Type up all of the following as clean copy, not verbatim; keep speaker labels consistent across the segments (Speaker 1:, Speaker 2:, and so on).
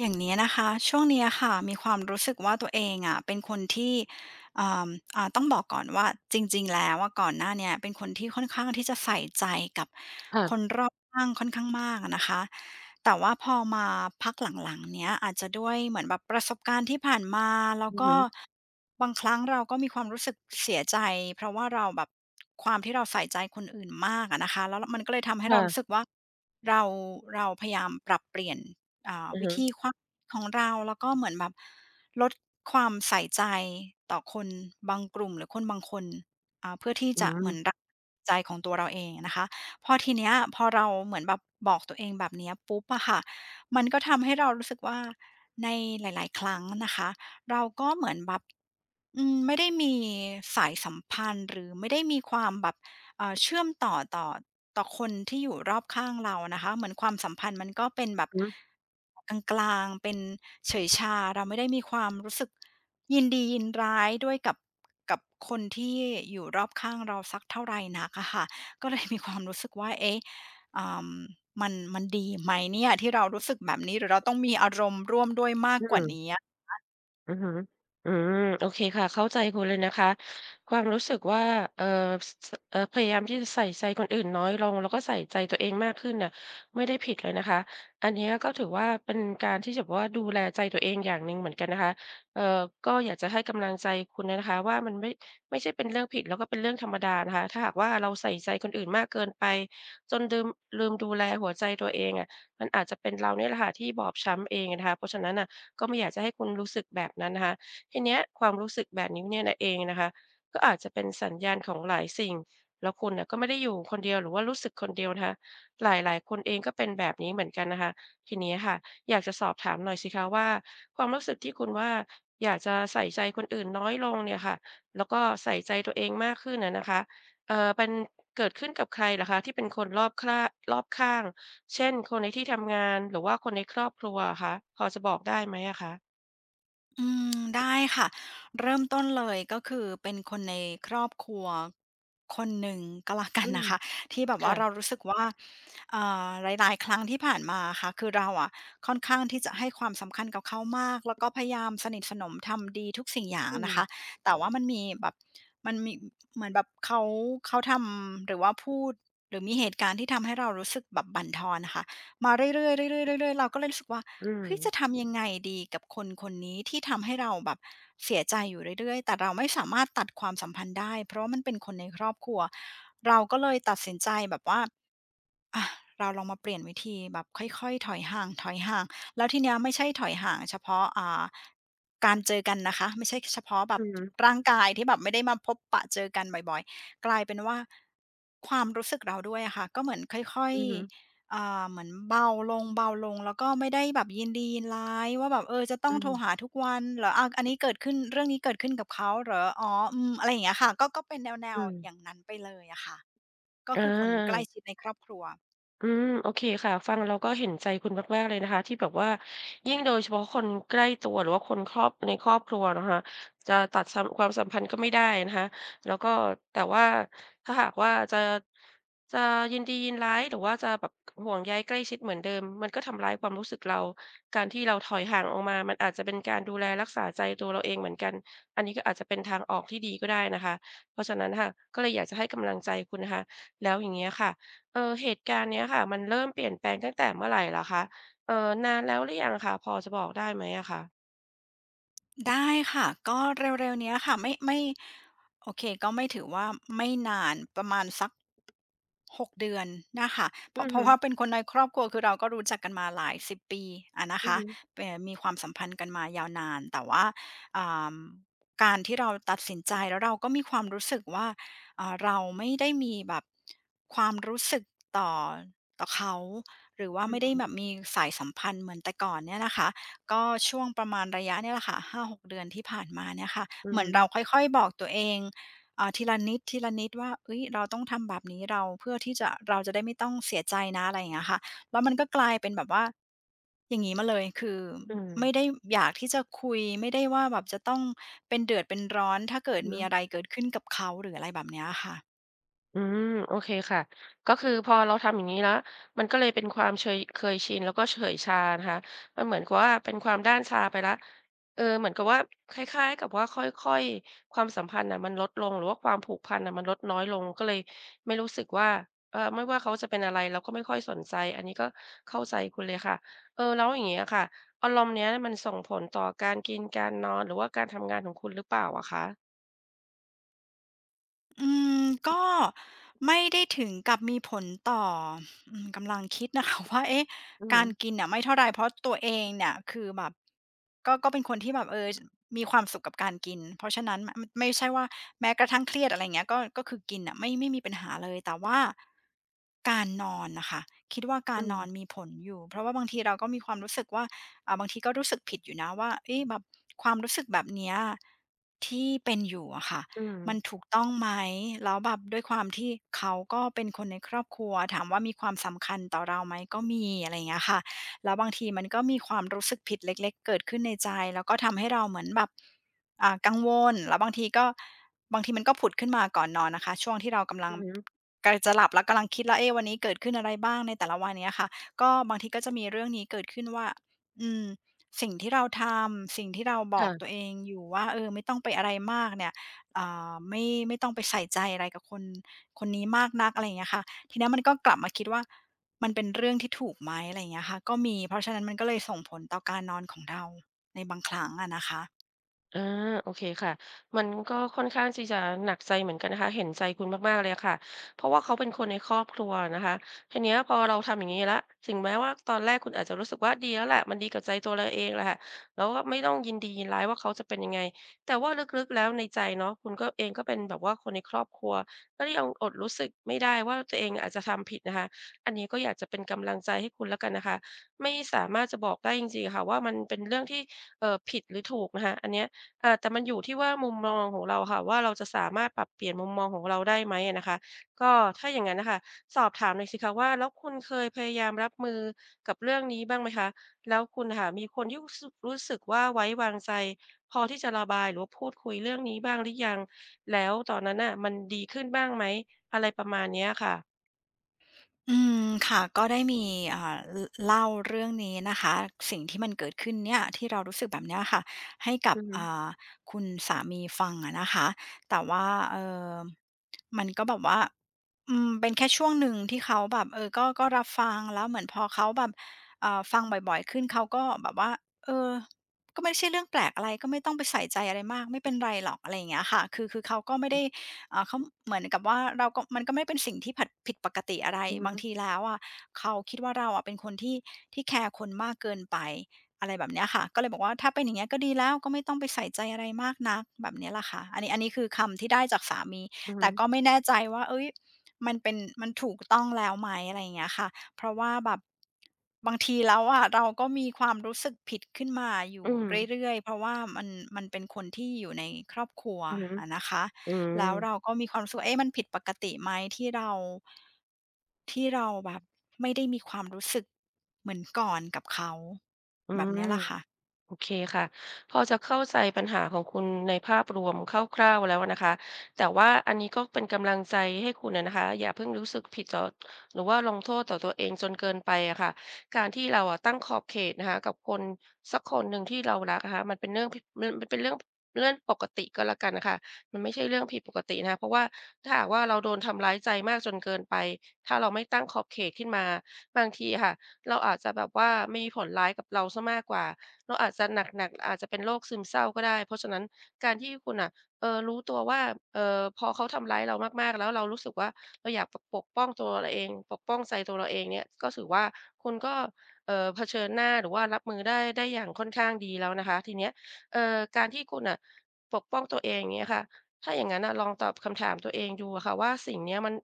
Speaker 1: อย่างนี้นะคะช่วงเนี้ยค่ะมีความรู้สึกว่าตัวเองอะเป็นคนที่อ่าต้องบอกก่อนว่าจริงๆแล้วว่าก่อนหน้าเนี้ยเป็นคนที่ค่อนข้างที่จะใส่ใจกับคน
Speaker 2: ค่ะ
Speaker 1: รอบข้างค่อนข้างมากอะนะคะแต่ว่าพอมาพักหลังๆเนี้ยอาจจะด้วยเหมือนแบบประสบการณ์ที่ผ่านมาแล้ว
Speaker 2: อือ
Speaker 1: ก็
Speaker 2: ฮึ
Speaker 1: บางครั้งเราก็มีความรู้สึกเสียใจเพราะว่าเราแบบความที่เราใส่ใจคนอื่นมากอะนะคะแล้วมันก็เลยทำให้เรารู้สึก
Speaker 2: ค่ะ
Speaker 1: ว่าเราเราพยายามปรับเปลี่ยน
Speaker 2: อะ
Speaker 1: วิธี
Speaker 2: ฮะ
Speaker 1: ความคิดของเราแล้วก็เหมือนแบบลดความใส่ใจต่อคนบางกลุ่มหรือคนบางคนเพื่อที่
Speaker 2: อื
Speaker 1: จะเหมือน
Speaker 2: ม
Speaker 1: รักใจของตัวเราเองนะคะพอทีเนี้ยพอเราเหมือนแบบบอกตัวเองแบบเนี้ยปุ๊บอะค่ะมันก็ทำให้เรารู้สึกว่าในหลายๆครั้งนะคะเราก็เหมือนแบบอืมไม่ได้มีสายสัมพันธ์หรือไม่ได้มีความแบบ เชื่อมต่อต่อคนที่อยู่รอบข้างเรานะคะเหมือนความสัมพันธ์มันก็เป็น
Speaker 2: อื
Speaker 1: แบ
Speaker 2: อ
Speaker 1: บ
Speaker 2: ฮึ
Speaker 1: กลางๆเป็นเฉยชาเราไม่ได้มีความรู้สึกยินดียินร้ายด้วยกับคนที่อยู่รอบข้างเราสักเท่าไหรนักอะค่ะก็เลยมีความรู้สึกว่าเอ๊ะอามมันดีไหมเนี่ยที่เรารู้สึกแบบนี้หรือเราต้องมีอารมณ์ร่วมด้วยมาก
Speaker 2: อืม
Speaker 1: ก
Speaker 2: อื
Speaker 1: ว่า
Speaker 2: มอื
Speaker 1: นี้
Speaker 2: ม อือฮึอืม โอเคค่ะ เข้าใจคุณเลยนะคะความรู้สึกว่าเอ่อสสเอ่อพยายามที่จะใส่ใจคนอื่นน้อยลงแล้วก็ใส่ใจตัวเองมากขึ้นน่ะไม่ได้ผิดเลยนะคะ อันเนี้ยก็ถือว่าเป็นการที่จะแบบว่าดูแลใจตัวเองอย่างหนึ่งเหมือนกันนะคะเอ่อก็อยากจะให้กำลังใจคุณอะนะคะว่ามันไม่ใช่เป็นเรื่องผิดแล้วก็เป็นเรื่องธรรมดานะคะถ้าหากว่าเราใส่ใจคนอื่นมากเกินไปจนลืมดูแลหัวใจตัวเองอะมันอาจจะเป็นเราเนี่ยแหละค่ะที่บอบช้ำเองอะนะคะเพราะฉะนั้นน่ะ ก็ไม่อยากจะให้คุณรู้สึกแบบนั้นนะคะทีเนี้ยความรู้สึกแบบนี้เนี่ยนะเองนะคะก็อาจจะเป็นสัญญาณของหลายสิ่งแล้วคุณน่ะก็ไม่ได้อยู่คนเดียวหรือว่ารู้สึกคนเดียวนะคะหลายๆคนเองก็เป็นแบบนี้เหมือนกันนะคะทีนี้ค่ะอยากจะสอบถามหน่อยสิคะว่าความรู้สึกที่คุณว่าอยากจะใส่ใจคนอื่นน้อยลงเนี่ยค่ะแล้วก็ใส่ใจตัวเองมากขึ้นอะนะคะเป็นเกิดขึ้นกับใครเหรอคะที่เป็นคนรอบคร่ารอบข้าง เช่นคนในที่ทำงานหรือว่าคนในครอบครัวอะคะพอจะบอกได้ไหมอะคะ
Speaker 1: อืมได้ค่ะเริ่มต้นเลยก็คือเป็นคนในครอบครัวคนหนึ่งก็แล้วกั
Speaker 2: อื
Speaker 1: น
Speaker 2: ม
Speaker 1: นะคะ ที่แบบว่า
Speaker 2: ค่ะ
Speaker 1: เรารู้สึกว่าหลายๆครั้งที่ผ่านมาอะค่ะคือเราอะค่อนข้างที่จะให้ความสำคัญกับเขามากแล้วก็พยายามสนิทสนมทำดีทุกสิ่งอย่าง
Speaker 2: อืม
Speaker 1: นะคะแต่ว่ามันมีแบบมันมีเหมือนแบบเขาทำหรือว่าพูดหรือมีเหตุการณ์ที่ทำให้เรารู้สึกแบบบั่นทอนอะค่ะมาเรื่อยๆเรื่อยๆเรื่อยๆเราก็เลยรู้สึกว่า
Speaker 2: อืม
Speaker 1: เฮ้ยจะทำยังไงดีกับคนคนนี้ที่ทำให้เราแบบเสียใจอยู่เรื่อยๆ แต่เราไม่สามารถตัดความสัมพันธ์ได้เพราะว่ามันเป็นคนในครอบครัว เราก็เลยตัดสินใจแบบว่า อะเราลองมาเปลี่ยนวิธีแบบค่อยๆถอยห่างถอยห่างแล้วทีเนี้ยไม่ใช่ถอยห่างเฉพาะการเจอกันนะคะไม่ใช่เฉพาะแบ
Speaker 2: อื
Speaker 1: บ
Speaker 2: อฮึ
Speaker 1: ร่างกายที่แบบไม่ได้มาพบปะเจอกันบ่อยๆกลายเป็นว่าความรู้สึกเราด้วยอะค่ะก็เหมือนค่อย
Speaker 2: อือฮึ
Speaker 1: ๆเหมือนเบาลงเบาลงแล้วก็ไม่ได้แบบยินดียินร้ายว่าแบบเออจะต้
Speaker 2: อื
Speaker 1: องโทรหา
Speaker 2: ม
Speaker 1: ทุกวันเหรออาอันนี้เกิดขึ้นเรื่องนี้เกิดขึ้นกับเขาเหรออ๋ออืมอะไรอย่างเงี้ยค่ะก็เป็นแนว
Speaker 2: อืม
Speaker 1: ๆอย่างนั้นไปเลยอะค่ะก็
Speaker 2: อ
Speaker 1: คือคนใกล้
Speaker 2: า
Speaker 1: ชิดในครอบครัว
Speaker 2: อืมโอเคค่ะฟังเราก็เห็นใจคุณมากๆเลยนะคะที่แบบว่ายิ่งโดยเฉพาะคนใกล้ตัวหรือว่าคนครอบในครอบครัวนะคะจะตัดความสัมพันธ์ก็ไม่ได้นะคะแล้วก็แต่ว่าถ้าหากว่าจะยินดียินร้ายหรือว่าจะแบบห่วงใยใกล้ชิดเหมือนเดิมมันก็ทำร้ายความรู้สึกเราการที่เราถอยห่างออกมามันอาจจะเป็นการดูแลรักษาใจตัวเราเองเหมือนกันอันนี้ก็อาจจะเป็นทางออกที่ดีก็ได้นะคะเพราะฉะนั้นค่ะก็เลยอยากจะให้กำลังใจคุณนะคะแล้วอย่างเงี้ยค่ะ เออเหตุการณ์เนี้ยค่ะมันเริ่มเปลี่ยนแปลงตั้งแต่เมื่อไหร่ลหรคะเอ่อนานแล้วหรือยังคะพอจะบอกได้ไหมอะคะ
Speaker 1: ได้ค่ะก็เร็วๆเนี้ยค่ะไม่โอเคก็ไม่ถือว่าไม่นานประมาณสักหกเดือนนะคะเพ
Speaker 2: อื
Speaker 1: ราะ
Speaker 2: อ
Speaker 1: เพ
Speaker 2: หื
Speaker 1: ราะว่าเป็นคนในครอบครัวคือเราก็รู้จักกันมาหลาย10ปีอะนะ
Speaker 2: ออือ
Speaker 1: คะ
Speaker 2: หื
Speaker 1: มีความสัมพันธ์กันมายาวนานแต่ว่าอ่าการที่เราตัดสินใจแล้วเราก็มีความรู้สึกว่าเราไม่ได้มีแบบความรู้สึกต่อต่อเขาหรือว่าไม่ได้แบบมีสายสัมพันธ์เหมือนแต่ก่อนเนี่ยนะคะ ก็ช่วงประมาณระยะเนี่ยแหละค่ะ5 ถึง 6 เดือนที่ผ่านมาเนี่ยค่ะ
Speaker 2: ออือ
Speaker 1: เหมือ
Speaker 2: หื
Speaker 1: นเราค่อยๆบอกตัวเองทีละนิดทีละนิดว่าเฮ้ยเราต้องทำแบบนี้เราเพื่อที่จะเราจะได้ไม่ต้องเสียใจนะอะไรอย่างเงี้ยค่ะแล้วมันก็กลายเป็นแบบว่าอย่างงี้มาเลยคือ
Speaker 2: ออือหือ
Speaker 1: ไม่ได้อยากที่จะคุยไม่ได้ว่าแบบจะต้องเป็นเดือดเป็นร้อนถ้าเกิ
Speaker 2: อื
Speaker 1: ด
Speaker 2: อหื
Speaker 1: มี
Speaker 2: อ
Speaker 1: อะไรเกิดขึ้นกับเขาหรืออะไรแบบเนี้ยค่ะ
Speaker 2: อืมโอเคค่ะก็คือพอเราทำอย่างนี้แล้วมันก็เลยเป็นความเคยชินแล้วก็เฉอยชานะคะมันเหมือนกับว่าเป็นความด้านชาไปแล้วเออเหมือนกับว่าคล้ายๆกับว่าค่อยๆความสัมพันธ์น่ะมันลดลงหรือว่าความผูกพันน่ะมันลดน้อยลงก็เลยไม่รู้สึกว่าเออไม่ว่าเขาจะเป็นอะไรเราก็ไม่ค่อยสนใจอันนี้ก็เข้าใจคุณเลยค่ะเออแล้วอย่างเงี้ยค่ะอารมณ์เนี้ยมันส่งผลต่อการกินการนอนหรือว่าการทำงานของคุณหรือเปล่าอะคะ
Speaker 1: อืมก็ไม่ได้ถึงกับมีผลต่ออืมกำลังคิดนะคะ ว่าเอ๊ะ
Speaker 2: อื
Speaker 1: การ
Speaker 2: ม
Speaker 1: กินน่ะไม่เท่าไรเพราะตัวเองเนี่ยคือแบบก็เป็นคนที่แบบเออมีความสุขกับการกินเพราะฉะนั้นมไม่ใช่ว่าแม้กระทั่งเครียดอะไรอย่างเงี้ยก็คือกินน่ะไม่มีปัญหาเลยแต่ว่าการนอนน่ะค่ะคิดว่ากา
Speaker 2: อื
Speaker 1: ร
Speaker 2: ม
Speaker 1: นอนมีผลอยู่เพราะว่าบางทีเราก็มีความรู้สึกว่าบางทีก็รู้สึกผิดอยู่นะว่าเอ๊ะแบบความรู้สึกแบบเนี้ยที่เป็นอยู่อะค่ะ
Speaker 2: อืม
Speaker 1: มันถูกต้องไหม แล้วแบบด้วยความที่เขาก็เป็นคนในครอบครัวถามว่ามีความสำคัญต่อเราไหมก็มีอะไรอย่างเงี้ยค่ะแล้วบางทีมันก็มีความรู้สึกผิดเล็กๆเกิดขึ้นในใจแล้วก็ทำให้เราเหมือนแบบกังวลแล้วบางทีมันก็ผุดขึ้นมาก่อนนอนนะคะช่วงที่เรากำลั
Speaker 2: อื
Speaker 1: ง
Speaker 2: ม
Speaker 1: จะหลับแล้วกำลังคิดแล้วเอ๊ะวันนี้เกิดขึ้นอะไรบ้างในแต่ละวันเงี้ยค่ะก็บางทีก็จะมีเรื่องนี้เกิดขึ้นว่าอืมสิ่งที่เราทำสิ่งที่เราบอกตั
Speaker 2: ค่ะ
Speaker 1: วเองอยู่ว่าเออไม่ต้องไปอะไรมากเนี่ย อ่ไม่ต้องไปใส่ใจอะไรกับคนนี้มากนักอะไรอย่างเงี้ยค่ะทีเนี้ยมันก็กลับมาคิดว่ามันเป็นเรื่องที่ถูกไหมอะไรอย่างเงี้ยค่ะก็มีเพราะฉะนั้นมันก็เลยส่งผลต่อการนอนของเราในบางครั้งอะนะคะ
Speaker 2: อาโอเคค่ะมันก็ค่อนข้างที่จะหนักใจเหมือนกันนะคะเห็นใจคุณมากๆเลยอะค่ะเพราะว่าเขาเป็นคนในครอบครัวอะนะคะทีเนี้ยพอเราทำอย่างงี้แล้วถึงแม้ว่าตอนแรกคุณอาจจะรู้สึกว่าดีแล้วแหละมันดีกับใจตัวเราเองแหละค่ะแล้วก็ไม่ต้องยินดียินร้ายว่าเขาจะเป็นยังไงแต่ว่าลึกๆแล้วในใจเนาะคุณก็เองก็เป็นแบบว่าคนในครอบครัวก็ยังอดรู้สึกไม่ได้ว่าตัวเองอาจจะทำผิดนะคะอันนี้ก็อยากจะเป็นกำลังใจให้คุณแล้วกันนะคะไม่สามารถจะบอกได้จริงๆอะค่ะว่ามันเป็นเรื่องที่ผิดหรือถูกนะคะอันเนี้ย อาแต่มันอยู่ที่ว่ามุมมองของเราค่ะว่าเราจะสามารถปรับเปลี่ยนมุมมองของเราได้ไหมอะนะคะก็ถ้าอย่างงั้นน่ะค่ะสอบถามหน่อยสิคะว่าแล้วคุณเคยพยายามรับมือกับเรื่องนี้บ้างไหมคะแล้วคุณน่ะค่ะมีคนที่รู้สึกว่าไว้วางใจพอที่จะระบายหรือว่าพูดคุยเรื่องนี้บ้างหรือยังแล้วตอนนั้นน่ะมันดีขึ้นบ้างไหมอะไรประมาณเนี้ยค่ะ
Speaker 1: อืมค่ะก็ได้มีอ่าลเล่าเรื่องนี้นะคะสิ่งที่มันเกิดขึ้นเนี่ยที่เรารู้สึกแบบเนี้ยค่ะให้กั
Speaker 2: อื
Speaker 1: บ
Speaker 2: อฮึ
Speaker 1: คุณสามีฟังอะนะคะแต่ว่าเอ่อมันก็แบบว่าอืมเป็นแค่ช่วงหนึ่งที่เขาแบบเออก็รับฟังแล้วเหมือนพอเขาแบบฟังบ่อยๆขึ้นเขาก็แบบว่าเออก็ไม่ใช่เรื่องแปลกอะไรก็ไม่ต้องไปใส่ใจอะไรมากไม่เป็นไรหรอกอะไรอย่างเงี้ยค่ะคือเขาก็ไม่ได้ เขาเหมือนกับว่าเราก็มันก็ไม่เป็นสิ่งที่ผิดปกติอะไร
Speaker 2: อือฮึ
Speaker 1: บางทีแล้วอะเขาคิดว่าเราอะเป็นคนที่แคร์คนมากเกินไปอะไรแบบเนี้ยค่ะก็เลยบอกว่าถ้าเป็นอย่างเงี้ยก็ดีแล้วก็ไม่ต้องไปใส่ใจอะไรมากนักแบบเนี้ยละค่ะอันนี้คือคำที่ได้จากสามี
Speaker 2: อือฮึ
Speaker 1: แต่ก็ไม่แน่ใจว่าเอ้ยมันเป็นมันถูกต้องแล้วไหมอะไรอย่างเงี้ยค่ะเพราะว่าแบบบางทีแล้วอะเราก็มีความรู้สึกผิดขึ้นมาอ
Speaker 2: อื
Speaker 1: ยู่
Speaker 2: ม
Speaker 1: เรื่อยๆเพราะว่ามันเป็นคนที่อยู่ในครอบครัว
Speaker 2: อือฮึ
Speaker 1: อะนะคะ
Speaker 2: อื
Speaker 1: แล้
Speaker 2: ม
Speaker 1: วเราก็มีความรู้สึกว่าเอ๊ะมันผิดปกติไหมที่เรา ที่เราแบบไม่ได้มีความรู้สึกเหมือนก่อนกับเขา
Speaker 2: อื
Speaker 1: แบบ
Speaker 2: ม
Speaker 1: เนี้ยล่ะค่ะ
Speaker 2: โอเคค่ะพอจะเข้าใจปัญหาของคุณในภาพรวมคร่าวๆแล้วนะคะแต่ว่าอันนี้ก็เป็นกำลังใจให้คุณอะนะคะอย่าเพิ่งรู้สึกผิดต่อหรือว่าลงโทษต่อตัวเองจนเกินไปอะค่ะการที่เราอะตั้งขอบเขตนะคะกับคนสักคนหนึ่งที่เรารักนะคะมันเป็นเรื่องผิดมันเป็นเรื่องเรื่องปกติก็แล้วกันนะคะมันไม่ใช่เรื่องผิดปกตินะคะเพราะว่าถ้าหากว่าเราโดนทำร้ายใจมากจนเกินไปถ้าเราไม่ตั้งขอบเขตขึ้นมาบางทีค่ะเราอาจจะแบบว่ามีผลร้ายกับเราซะมากกว่า เราอาจจะหนักๆอาจจะเป็นโรคซึมเศร้าก็ได้เพราะฉะนั้นการที่คุณน่ะรู้ตัวว่าพอเขาทำร้ายเรามากๆแล้วเรารู้สึกว่าเราอยากปกป้องตัวเราเองปกป้องใจตัวเราเองเนี่ยก็ถือว่าคุณก็เผชิญหน้าหรือว่ารับมือได้อย่างค่อนข้างดีแล้วนะคะทีเนี้ยการที่คุณน่ะปกป้องตัวเองอย่างเงี้ยค่ะถ้าอย่างงั้นน่ะลองตอบคำถามตัวเองดูอะค่ะว่าสิ่งเนี้ยมัน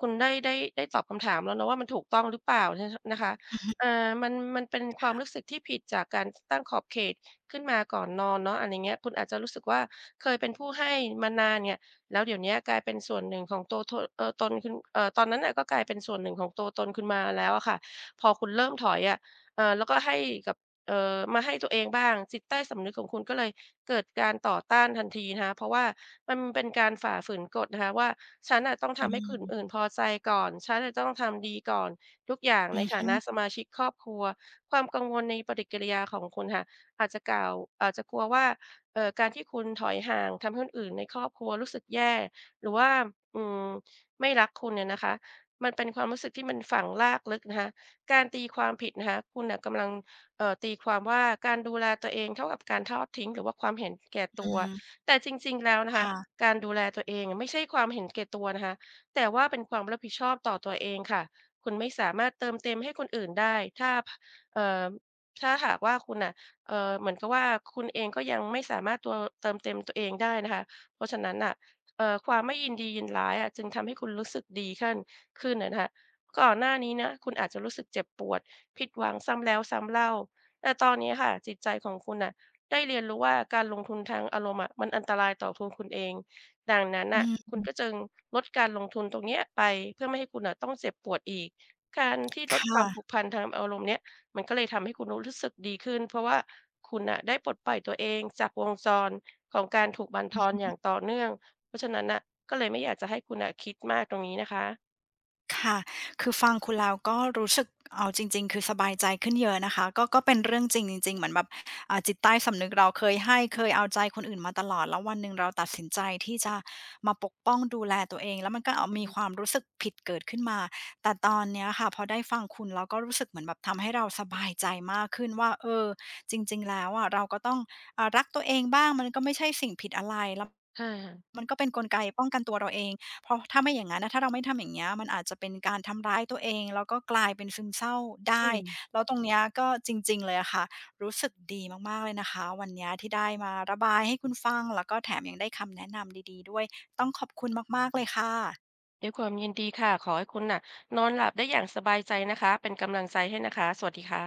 Speaker 2: คุณได้ตอบคำถามแล้วเนาะว่ามันถูกต้องหรือเปล่านนะคะ
Speaker 1: อือฮึ
Speaker 2: อามันเป็นความรู้สึกที่ผิดจากการตั้งขอบเขตขึ้นมาก่อนนอนเนาะอะไรเงี้ยคุณอาจจะรู้สึกว่าเคยเป็นผู้ให้มานานเนี่ยแล้วเดี๋ยวเนี้ยกลายเป็นส่วนหนึ่งของตัวทเอ่อตนคุณตอนนั้นน่ะก็กลายเป็นส่วนหนึ่งของตัวตนคุณมาแล้วอะค่ะพอคุณเริ่มถอยอะแล้วก็ให้กับมาให้ตัวเองบ้างจิตใต้สำนึกของคุณก็เลยเกิดการต่อต้านทันทีนะคะเพราะว่ามันเป็นการฝ่าฝืนกฎนะคะว่าฉันน่ะต้อง
Speaker 1: อื
Speaker 2: ทำให้คน
Speaker 1: ม
Speaker 2: อื่นพอใจก่อนฉันน่ะต้องทำดีก่อน ทุกอย่าง
Speaker 1: อื
Speaker 2: ใน
Speaker 1: อ
Speaker 2: ฐา
Speaker 1: ฮึ
Speaker 2: นะสมาชิกครอบครัวความกังวลในปฏิกิริยาของคุณค่ะอาจจะกล่าวอาจจะกลัวว่าการที่คุณถอยห่างทำให้คนอื่นในครอบครัวรู้สึกแย่หรือว่าอืมไม่รักคุณเนี่ยนะคะมันเป็นความรู้สึกที่มันฝังรากลึกนะคะการตีความผิดนะคะคุณน่ะกำลังตีความว่าการดูแลตัวเองเท่ากับการทอดทิ้งหรือว่าความเห็นแก่
Speaker 1: อื
Speaker 2: ตัว
Speaker 1: ม
Speaker 2: แต่จริงๆแล้วนะคะ
Speaker 1: ค่ะ
Speaker 2: การดูแลตัวเองไม่ใช่ความเห็นแก่ตัวนะคะแต่ว่าเป็นความรับผิดชอบต่อตัวเองค่ะ คุณไม่สามารถเติมเต็มให้คนอื่นได้ถ้าเอ่อถ้าหากว่าคุณน่ะเหมือนกับว่าคุณเองก็ยังไม่สามารถเติมเต็มตัวเองได้นะคะเพราะฉะนั้นน่ะความไม่ยินดียินร้ายอะจึงทำให้คุณรู้สึกดีขั้นขึ้นอะนะคะก่อนหน้านี้นะคุณอาจจะรู้สึกเจ็บปวดผิดหวังซ้ำแล้วซ้ำเล่าแต่ตอนนี้ค่ะจิตใจของคุณน่ะได้เรียนรู้ว่าการลงทุนทางอารมณ์อะมันอันตรายต่อตัวคุณเองดังนั้น
Speaker 1: อื
Speaker 2: น่ะคุ
Speaker 1: ม
Speaker 2: ณก็จึงลดการลงทุนตรงเนี้ยไปเพื่อไม่ให้คุณน่ะต้องเจ็บปวดอีก การที่ลดความผู
Speaker 1: ค่ะ
Speaker 2: กพันทางอารมณ์เนี่ยมันก็เลยทำให้คุณรู้สึกดีขึ้นเพราะว่าคุณน่ะได้ปลดปล่อยตัวเองจากวงจรของการถูกบั่นทอนอย่างต่อเนื่องเพราะฉะนั้นน่ะก็เลยไม่อยากจะให้คุณน่ะคิดมากตรงนี้นะคะ
Speaker 1: ค่ะคือฟังคุณแล้วก็รู้สึกเอาจริงๆคือสบายใจขึ้นเยอะนะคะก็เป็นเรื่องจริงจริงๆเหมือนแบบจิตใต้สำนึกเราเคยให้เคยเอาใจคนอื่นมาตลอดแล้ววันหนึ่งเราตัดสินใจที่จะมาปกป้องดูแลตัวเองแล้วมันก็เอามีความรู้สึกผิดเกิดขึ้นมา แต่ตอนเนี้ยค่ะพอได้ฟังคุณแล้วก็รู้สึกเหมือนแบบทำให้เราสบายใจมากขึ้นว่าเออจริงๆแล้วอะเราก็ต้องรักตัวเองบ้างมันก็ไม่ใช่สิ่งผิดอะไรแล้ว
Speaker 2: ค่ะ
Speaker 1: มันก็เป็นกลไกป้องกันตัวเราเอง เพราะถ้าไม่อย่างนั้นนะถ้าเราไม่ทำอย่างเงี้ยมันอาจจะเป็นการทำร้ายตัวเองแล้วก็กลายเป็นซึมเศร้า
Speaker 2: อื
Speaker 1: ได้
Speaker 2: ม
Speaker 1: แล้วตรงเนี้ยก็จริงๆเลยอะค่ะรู้สึกดีมากๆเลยนะคะวันเนี้ยที่ได้มาระบายให้คุณฟังแล้วก็แถมยังได้คำแนะนำดีๆด้วยต้องขอบคุณมากๆเลยค่ะ
Speaker 2: ด้วยความยินดีค่ะขอให้คุณน่ะนอนหลับได้อย่างสบายใจนะคะเป็นกำลังใจให้นะคะสวัสดีค่ะ